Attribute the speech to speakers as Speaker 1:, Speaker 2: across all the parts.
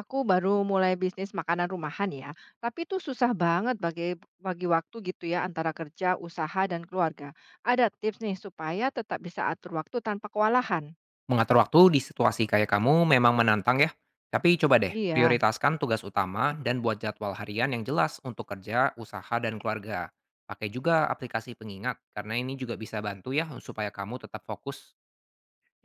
Speaker 1: Aku baru mulai bisnis makanan rumahan ya, tapi itu susah banget bagi bagi waktu gitu ya antara kerja, usaha dan keluarga. Ada tips nih supaya tetap bisa atur waktu tanpa kewalahan.
Speaker 2: Mengatur waktu di situasi kayak kamu memang menantang ya, tapi coba deh
Speaker 1: Iya,
Speaker 2: prioritaskan tugas utama dan buat jadwal harian yang jelas untuk kerja, usaha, dan keluarga. Pakai juga aplikasi pengingat, karena ini juga bisa bantu ya supaya kamu tetap fokus.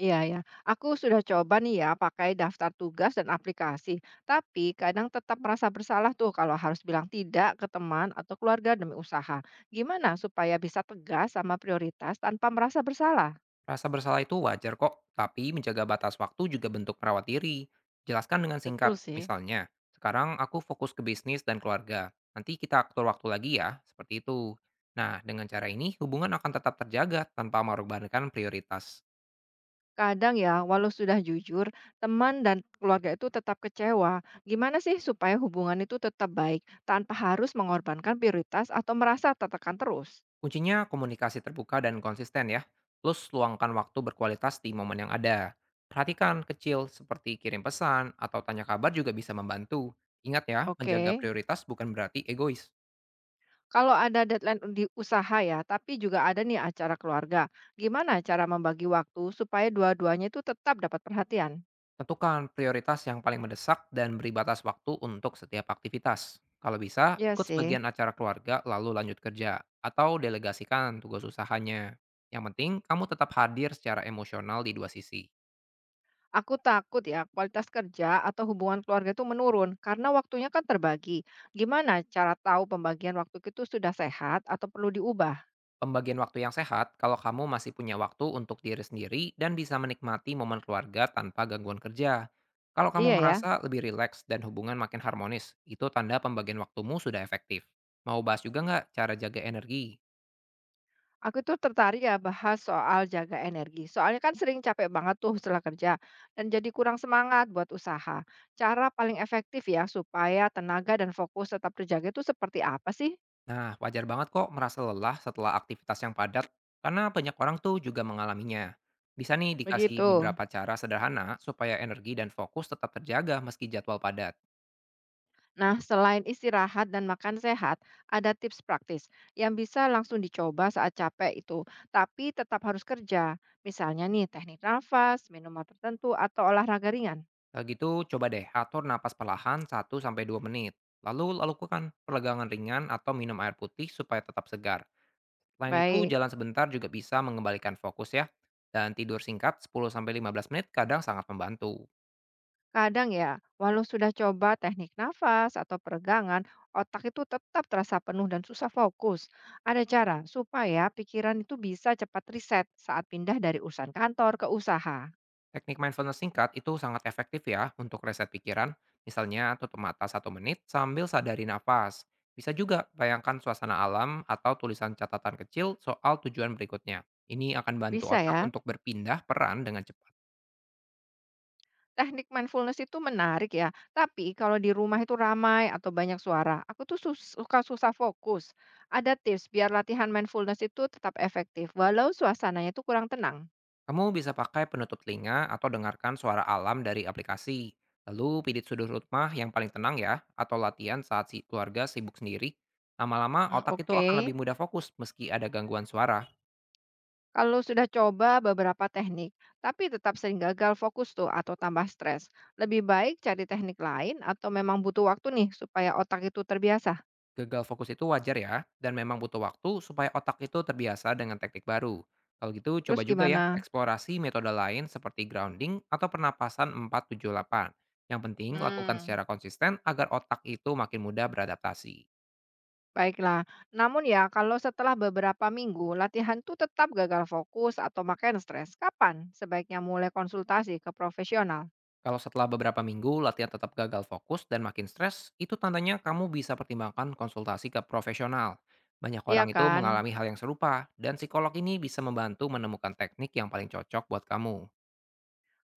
Speaker 1: iya ya. Aku sudah coba nih ya pakai daftar tugas dan aplikasi, tapi kadang tetap merasa bersalah tuh kalau harus bilang tidak ke teman atau keluarga demi usaha. Gimana supaya bisa tegas sama prioritas tanpa merasa bersalah?
Speaker 2: Rasa bersalah itu wajar kok, tapi menjaga batas waktu juga bentuk perawat diri. Jelaskan dengan singkat,
Speaker 1: Betul sih.
Speaker 2: misalnya, sekarang aku fokus ke bisnis dan keluarga, nanti kita atur waktu lagi ya, seperti itu. Nah, dengan cara ini hubungan akan tetap terjaga tanpa mengorbankan prioritas.
Speaker 1: Kadang ya, walau sudah jujur, teman dan keluarga itu tetap kecewa. Gimana sih supaya hubungan itu tetap baik tanpa harus mengorbankan prioritas atau merasa tertekan terus?
Speaker 2: Kuncinya komunikasi terbuka dan konsisten ya, plus luangkan waktu berkualitas di momen yang ada. Perhatikan kecil seperti kirim pesan atau tanya kabar juga bisa membantu. Ingat ya, menjaga
Speaker 1: Oke.
Speaker 2: prioritas bukan berarti egois.
Speaker 1: Kalau ada deadline di usaha ya, tapi juga ada nih acara keluarga. Gimana cara membagi waktu supaya dua-duanya itu tetap dapat perhatian?
Speaker 2: Tentukan prioritas yang paling mendesak dan beri batas waktu untuk setiap aktivitas. Kalau bisa,
Speaker 1: Iya
Speaker 2: ikut
Speaker 1: sih.
Speaker 2: sebagian acara keluarga lalu lanjut kerja atau delegasikan tugas usahanya. Yang penting, kamu tetap hadir secara emosional di dua sisi.
Speaker 1: Aku takut ya kualitas kerja atau hubungan keluarga itu menurun karena waktunya kan terbagi. Gimana cara tahu pembagian waktu itu sudah sehat atau perlu diubah?
Speaker 2: Pembagian waktu yang sehat kalau kamu masih punya waktu untuk diri sendiri dan bisa menikmati momen keluarga tanpa gangguan kerja. Kalau kamu
Speaker 1: Iya ya,
Speaker 2: merasa lebih rileks dan hubungan makin harmonis, itu tanda pembagian waktumu sudah efektif. Mau bahas juga nggak cara jaga energi?
Speaker 1: aku tuh tertarik ya bahas soal jaga energi. Soalnya kan sering capek banget tuh setelah kerja dan jadi kurang semangat buat usaha. Cara paling efektif ya supaya tenaga dan fokus tetap terjaga itu seperti apa sih?
Speaker 2: Nah, wajar banget kok merasa lelah setelah aktivitas yang padat, karena banyak orang tuh juga mengalaminya. Bisa nih dikasih
Speaker 1: Begitu.
Speaker 2: beberapa cara sederhana supaya energi dan fokus tetap terjaga meski jadwal padat.
Speaker 1: Nah, selain istirahat dan makan sehat, ada tips praktis yang bisa langsung dicoba saat capek itu, tapi tetap harus kerja. Misalnya nih, teknik nafas, minuman tertentu, atau olahraga ringan.
Speaker 2: Kalau gitu, coba deh atur napas perlahan satu sampai dua menit. Lalu lakukan peregangan ringan atau minum air putih supaya tetap segar. Selain itu,
Speaker 1: Baik.
Speaker 2: jalan sebentar juga bisa mengembalikan fokus ya. Dan tidur singkat 10 sampai 15 menit kadang sangat membantu.
Speaker 1: Kadang ya, walau sudah coba teknik nafas atau peregangan, otak itu tetap terasa penuh dan susah fokus. Ada cara supaya pikiran itu bisa cepat reset saat pindah dari urusan kantor ke usaha.
Speaker 2: Teknik mindfulness singkat itu sangat efektif ya untuk reset pikiran. Misalnya tutup mata satu menit sambil sadari nafas. Bisa juga bayangkan suasana alam atau tulisan catatan kecil soal tujuan berikutnya. Ini akan bantu
Speaker 1: Bisa
Speaker 2: otak
Speaker 1: ya.
Speaker 2: untuk berpindah peran dengan cepat.
Speaker 1: Teknik mindfulness itu menarik ya, tapi kalau di rumah itu ramai atau banyak suara, aku tuh suka susah fokus. Ada tips biar latihan mindfulness itu tetap efektif, walau suasananya itu kurang tenang.
Speaker 2: Kamu bisa pakai penutup telinga atau dengarkan suara alam dari aplikasi. Lalu pidit sudut rumah yang paling tenang ya, atau latihan saat si keluarga sibuk sendiri. Lama-lama
Speaker 1: Hmm,
Speaker 2: otak itu
Speaker 1: oke.
Speaker 2: akan lebih mudah fokus meski ada gangguan suara.
Speaker 1: Kalau sudah coba beberapa teknik, tapi tetap sering gagal fokus tuh atau tambah stres, lebih baik cari teknik lain atau memang butuh waktu nih supaya otak itu terbiasa.
Speaker 2: Gagal fokus itu wajar ya, dan memang butuh waktu supaya otak itu terbiasa dengan teknik baru. Kalau gitu coba
Speaker 1: Terus
Speaker 2: juga ya
Speaker 1: gimana?
Speaker 2: eksplorasi metode lain seperti grounding atau pernapasan 478. Yang penting lakukan
Speaker 1: Hmm,
Speaker 2: secara konsisten agar otak itu makin mudah beradaptasi.
Speaker 1: baiklah. Namun ya, kalau setelah beberapa minggu latihan tuh tetap gagal fokus atau makin stres, kapan sebaiknya mulai konsultasi ke profesional?
Speaker 2: Kalau setelah beberapa minggu latihan tetap gagal fokus dan makin stres, itu tandanya kamu bisa pertimbangkan konsultasi ke profesional. Banyak
Speaker 1: Iya
Speaker 2: orang itu
Speaker 1: kan?
Speaker 2: mengalami hal yang serupa, dan psikolog ini bisa membantu menemukan teknik yang paling cocok buat kamu.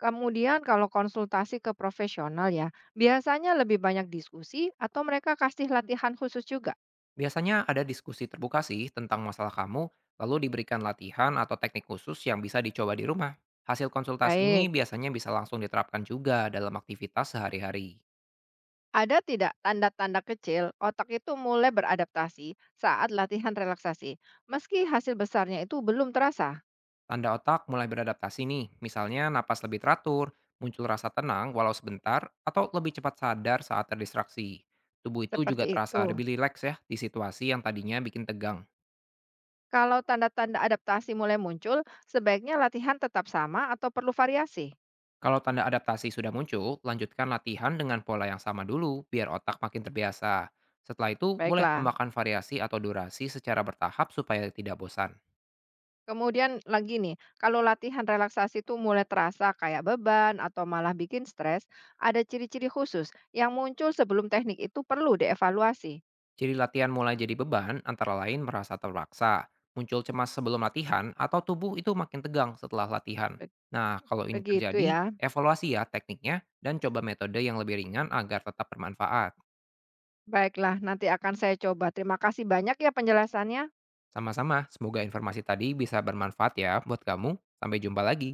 Speaker 1: Kemudian kalau konsultasi ke profesional ya, biasanya lebih banyak diskusi atau mereka kasih latihan khusus juga.
Speaker 2: Biasanya ada diskusi terbuka sih tentang masalah kamu, lalu diberikan latihan atau teknik khusus yang bisa dicoba di rumah. Hasil konsultasi ini
Speaker 1: Baik.
Speaker 2: biasanya bisa langsung diterapkan juga dalam aktivitas sehari-hari.
Speaker 1: Ada tidak tanda-tanda kecil otak itu mulai beradaptasi saat latihan relaksasi, meski hasil besarnya itu belum terasa?
Speaker 2: Tanda otak mulai beradaptasi nih, misalnya napas lebih teratur, muncul rasa tenang walau sebentar, atau lebih cepat sadar saat terdistraksi. Tubuh itu juga
Speaker 1: Seperti itu.
Speaker 2: terasa lebih rileks ya di situasi yang tadinya bikin tegang.
Speaker 1: Kalau tanda-tanda adaptasi mulai muncul, sebaiknya latihan tetap sama atau perlu variasi?
Speaker 2: Kalau tanda adaptasi sudah muncul, lanjutkan latihan dengan pola yang sama dulu biar otak makin terbiasa. Setelah itu, boleh
Speaker 1: Baiklah.
Speaker 2: tambahkan variasi atau durasi secara bertahap supaya tidak bosan.
Speaker 1: Kemudian lagi nih, kalau latihan relaksasi itu mulai terasa kayak beban atau malah bikin stres, ada ciri-ciri khusus yang muncul sebelum teknik itu perlu dievaluasi.
Speaker 2: Ciri latihan mulai jadi beban antara lain merasa terpaksa, muncul cemas sebelum latihan, atau tubuh itu makin tegang setelah latihan.
Speaker 1: Be-
Speaker 2: Nah, kalau ini
Speaker 1: Begitu
Speaker 2: terjadi,
Speaker 1: ya.
Speaker 2: evaluasi ya tekniknya dan coba metode yang lebih ringan agar tetap bermanfaat.
Speaker 1: Baiklah, nanti akan saya coba. Terima kasih banyak ya penjelasannya.
Speaker 2: Sama-sama, semoga informasi tadi bisa bermanfaat ya buat kamu. Sampai jumpa lagi.